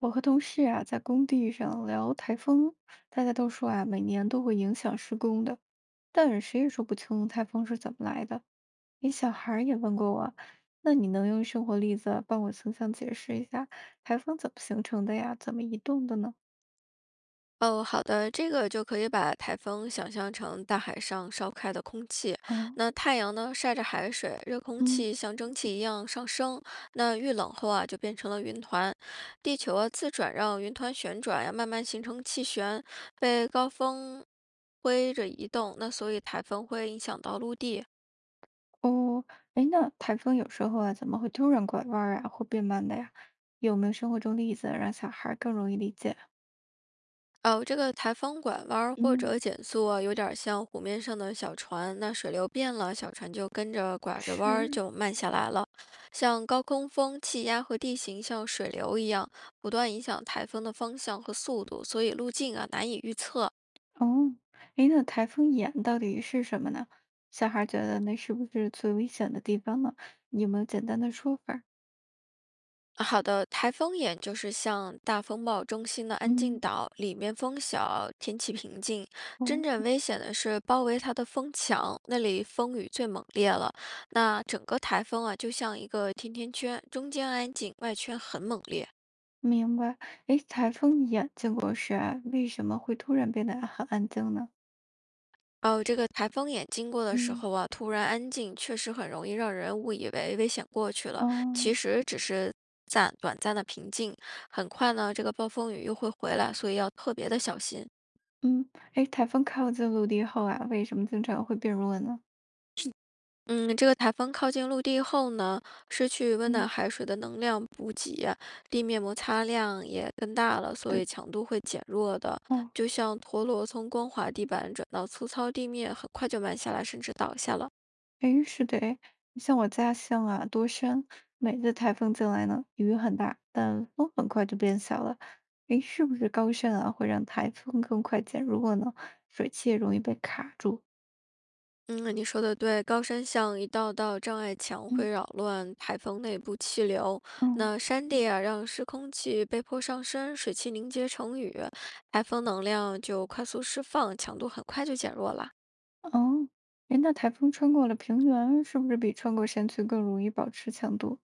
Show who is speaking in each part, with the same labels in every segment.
Speaker 1: 我和同事啊，在工地上聊台风，大家都说啊，每年都会影响施工的，但谁也说不清台风是怎么来的。诶，小孩儿也问过我，那你能用生活例子帮我形象解释一下台风怎么形成的呀？怎么移动的呢？
Speaker 2: 哦，好的，这个就可以把台风想象成大海上烧开的空气。
Speaker 1: 哦。
Speaker 2: 那太阳呢，晒着海水，热空
Speaker 1: 嗯。
Speaker 2: 气像蒸汽一样上升。那遇冷后啊，就变成了云团。地球啊，自转让云团旋转呀，慢慢形成气旋，被高峰推着移动。那所以台风会影响到陆地。
Speaker 1: 哦，哎，那台风有时候啊，怎么会突然拐弯儿啊，或变慢的呀？有没有生活中例子让小孩儿更容易理解？
Speaker 2: 哦，这个台风拐弯儿或
Speaker 1: 嗯，
Speaker 2: 者减速啊，有点儿像湖面上的小船。那水流变了，小船就跟着拐着弯儿
Speaker 1: 是。
Speaker 2: 就慢下来了。像高空风、气压和地形像水流一样，不断影响台风的方向和速度，所以路径啊难以预测。
Speaker 1: 哦，诶，那台风眼到底是什么呢？小孩儿觉得那是不是最危险的地方呢？你有没有简单的说法儿？
Speaker 2: 好的，台风眼就是像大风暴中心的安静
Speaker 1: 嗯。
Speaker 2: 岛，里面风小，天气平静。
Speaker 1: 哦。
Speaker 2: 真正危险的是包围它的风墙，那里风雨最猛烈了。那整个台风啊，就像一个甜甜圈，中间安静，外圈很猛烈。
Speaker 1: 明白。诶，台风眼经过时啊，为什么会突然变得很安静呢？
Speaker 2: 哦，这个台风眼经过的时
Speaker 1: 嗯。
Speaker 2: 候啊，突然安静，确实很容易让人误以为危险过去了，
Speaker 1: 哦。
Speaker 2: 其实只是短暂的平静。很快呢，这个暴风雨又会回来，所以要特别的小心。
Speaker 1: 嗯，诶，台风靠近陆地后啊，为什么经常会变弱呢？
Speaker 2: 嗯，这个台风靠近陆地后呢，失去温暖
Speaker 1: 嗯，
Speaker 2: 海水的能量补给，地面摩擦量也更大了，所以
Speaker 1: 对。
Speaker 2: 强度会减弱的。
Speaker 1: 哦，
Speaker 2: 就像陀螺从光滑地板转到粗糙地面，很快就慢下来，甚至倒下了。
Speaker 1: 诶，是的诶，像我家乡啊，多山，每次台风进来呢，雨很大，但风很快就变小了。诶，是不是高山啊会让台风更快减弱呢？水汽也容易被卡住。
Speaker 2: 嗯，你说的对，高山像一道道障碍墙，
Speaker 1: 嗯。
Speaker 2: 会扰乱台风内部气流。
Speaker 1: 嗯。
Speaker 2: 那山地啊，让湿空气被迫上升，水汽凝结成雨，台风能量就快速释放，强度很快就减弱了。
Speaker 1: 哦，诶，那台风穿过了平原，是不是比穿过山区更容易保持强度？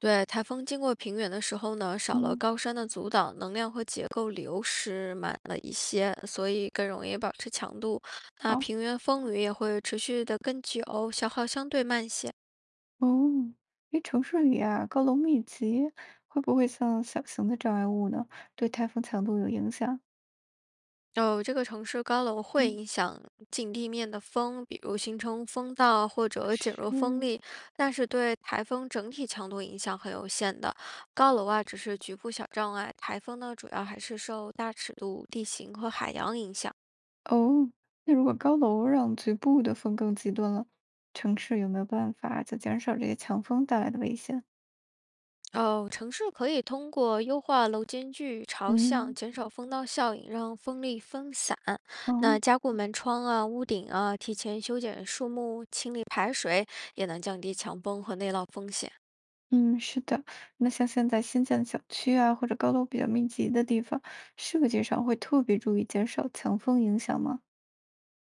Speaker 2: 对，台风经过平原的时候呢，少了
Speaker 1: 嗯，
Speaker 2: 高山的阻挡，能量和结构流失慢了一些，所以更容易保持强度。那
Speaker 1: 好。
Speaker 2: 平原风雨也会持续的更久，消耗相对慢些。
Speaker 1: 哦，诶，城市里啊，高楼密集，会不会像小型的障碍物呢？对台风强度有影响？
Speaker 2: 哦，这个城市高楼会
Speaker 1: 嗯，
Speaker 2: 影响近地面的风，比如形成风道或者减弱风
Speaker 1: 是。
Speaker 2: 力，但是对台风整体强度影响很有限的。高楼啊，只是局部小障碍，台风呢，主要还是受大尺度地形和海洋影响。
Speaker 1: 哦，那如果高楼让局部的风更极端了，城市有没有办法就减少这些强风带来的危险？
Speaker 2: 哦，城市可以通过优化楼间距、朝向，
Speaker 1: 嗯。
Speaker 2: 减少风道效应，让风力分散。那
Speaker 1: 哦。
Speaker 2: 加固门窗啊、屋顶啊，提前修剪树木、清理排水，也能降低强风和内涝风险。
Speaker 1: 嗯，是的。那像现在新建的小区啊，或者高楼比较密集的地方，设计上会特别注意减少强风影响吗？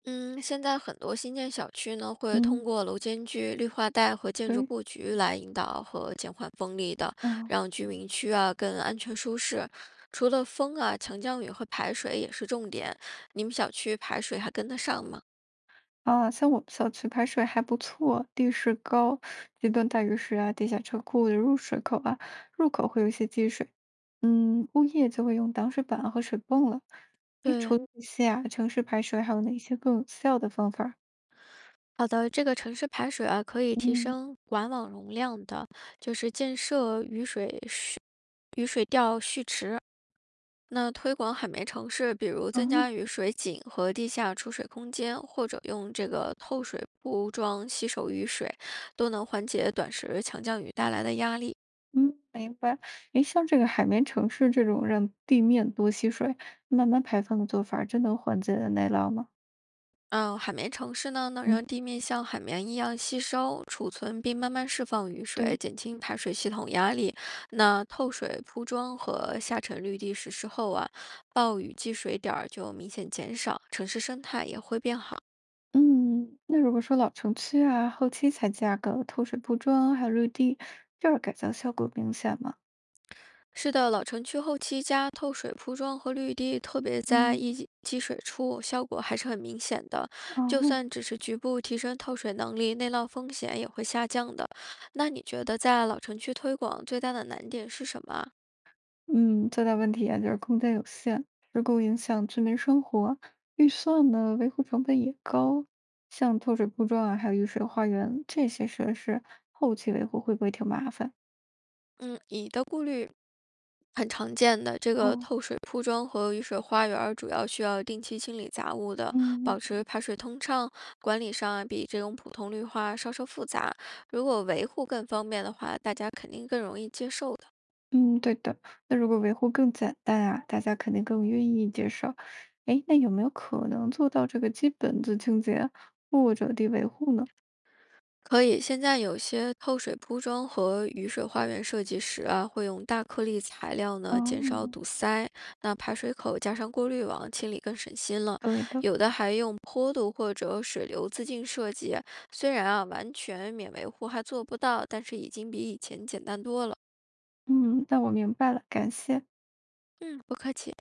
Speaker 2: 嗯，现在很多新建小区呢，会通
Speaker 1: 嗯，
Speaker 2: 过楼间距、绿化带和建筑
Speaker 1: 对。
Speaker 2: 布局来引导和减缓风力的，
Speaker 1: 嗯。
Speaker 2: 让居民区啊更安全舒适。除了风啊，强降雨和排水也是重点。你们小区排水还跟得上吗？
Speaker 1: 啊，像我们小区排水还不错，地势高，极端大雨时啊，地下车库的入水口啊，入口会有一些积水，嗯，物业就会用挡水板和水泵了。哎，除
Speaker 2: 对，
Speaker 1: 了这些啊，城市排水还有哪些更有效的方法儿？
Speaker 2: 好的，这个城市排水啊，可以提
Speaker 1: 嗯。
Speaker 2: 升管网容量的，就是建设雨水调蓄池。那推广海绵城市，比如增
Speaker 1: 哦。
Speaker 2: 加雨水井和地下储水空间，或者用这个透水布装吸收雨水，都能缓解短时强降雨带来的压力。
Speaker 1: 嗯，明白。哎，像这个海绵城市这种让地面多吸水、慢慢排放的做法儿真能缓解内涝吗？
Speaker 2: 嗯，海绵城市呢，能让
Speaker 1: 嗯，
Speaker 2: 地面像海绵一样吸收、储存并慢慢释放雨水，
Speaker 1: 对。
Speaker 2: 减轻排水系统压力。那透水铺装和下沉绿地实施后啊，暴雨积水点儿就明显减少，城市生态也会变好。
Speaker 1: 嗯，那如果说老城区啊，后期才加个透水铺装，还有绿地，这儿改造效果明显吗？
Speaker 2: 是的，老城区后期加透水铺装和绿地，特别在
Speaker 1: 嗯。
Speaker 2: 一积水处，效果还是很明显的。就
Speaker 1: 哦。
Speaker 2: 算只是局部提升透水能力，内涝风险也会下降的。那你觉得在老城区推广最大的难点是什么啊？
Speaker 1: 嗯，最大问题啊，就是空间有限，施工影响居民生活，预算呢，维护成本也高。像透水铺装啊，还有雨水花园这些设施，后期维护会不会挺麻烦？
Speaker 2: 嗯，你的顾虑。很常见的这个
Speaker 1: 哦。
Speaker 2: 透水铺装和雨水花园儿，主要需要定期清理杂物的，
Speaker 1: 嗯。
Speaker 2: 保持排水通畅。管理上啊，比这种普通绿化稍稍复杂。如果维护更方便的话，大家肯定更容易接受的。
Speaker 1: 嗯，对的。那如果维护更简单啊，大家肯定更愿意接受。哎，那有没有可能做到这个基本的清洁或者低维护呢？
Speaker 2: 可以，现在有些透水铺装和雨水花园设计时啊，会用大颗粒材料呢，减少
Speaker 1: 哦。
Speaker 2: 堵塞。那排水口加上过滤网，清理更省心了。
Speaker 1: 对的。
Speaker 2: 有的还用坡度或者水流自净设计，虽然啊完全免维护还做不到，但是已经比以前简单多了。
Speaker 1: 嗯，那我明白了，感谢。
Speaker 2: 嗯，不客气。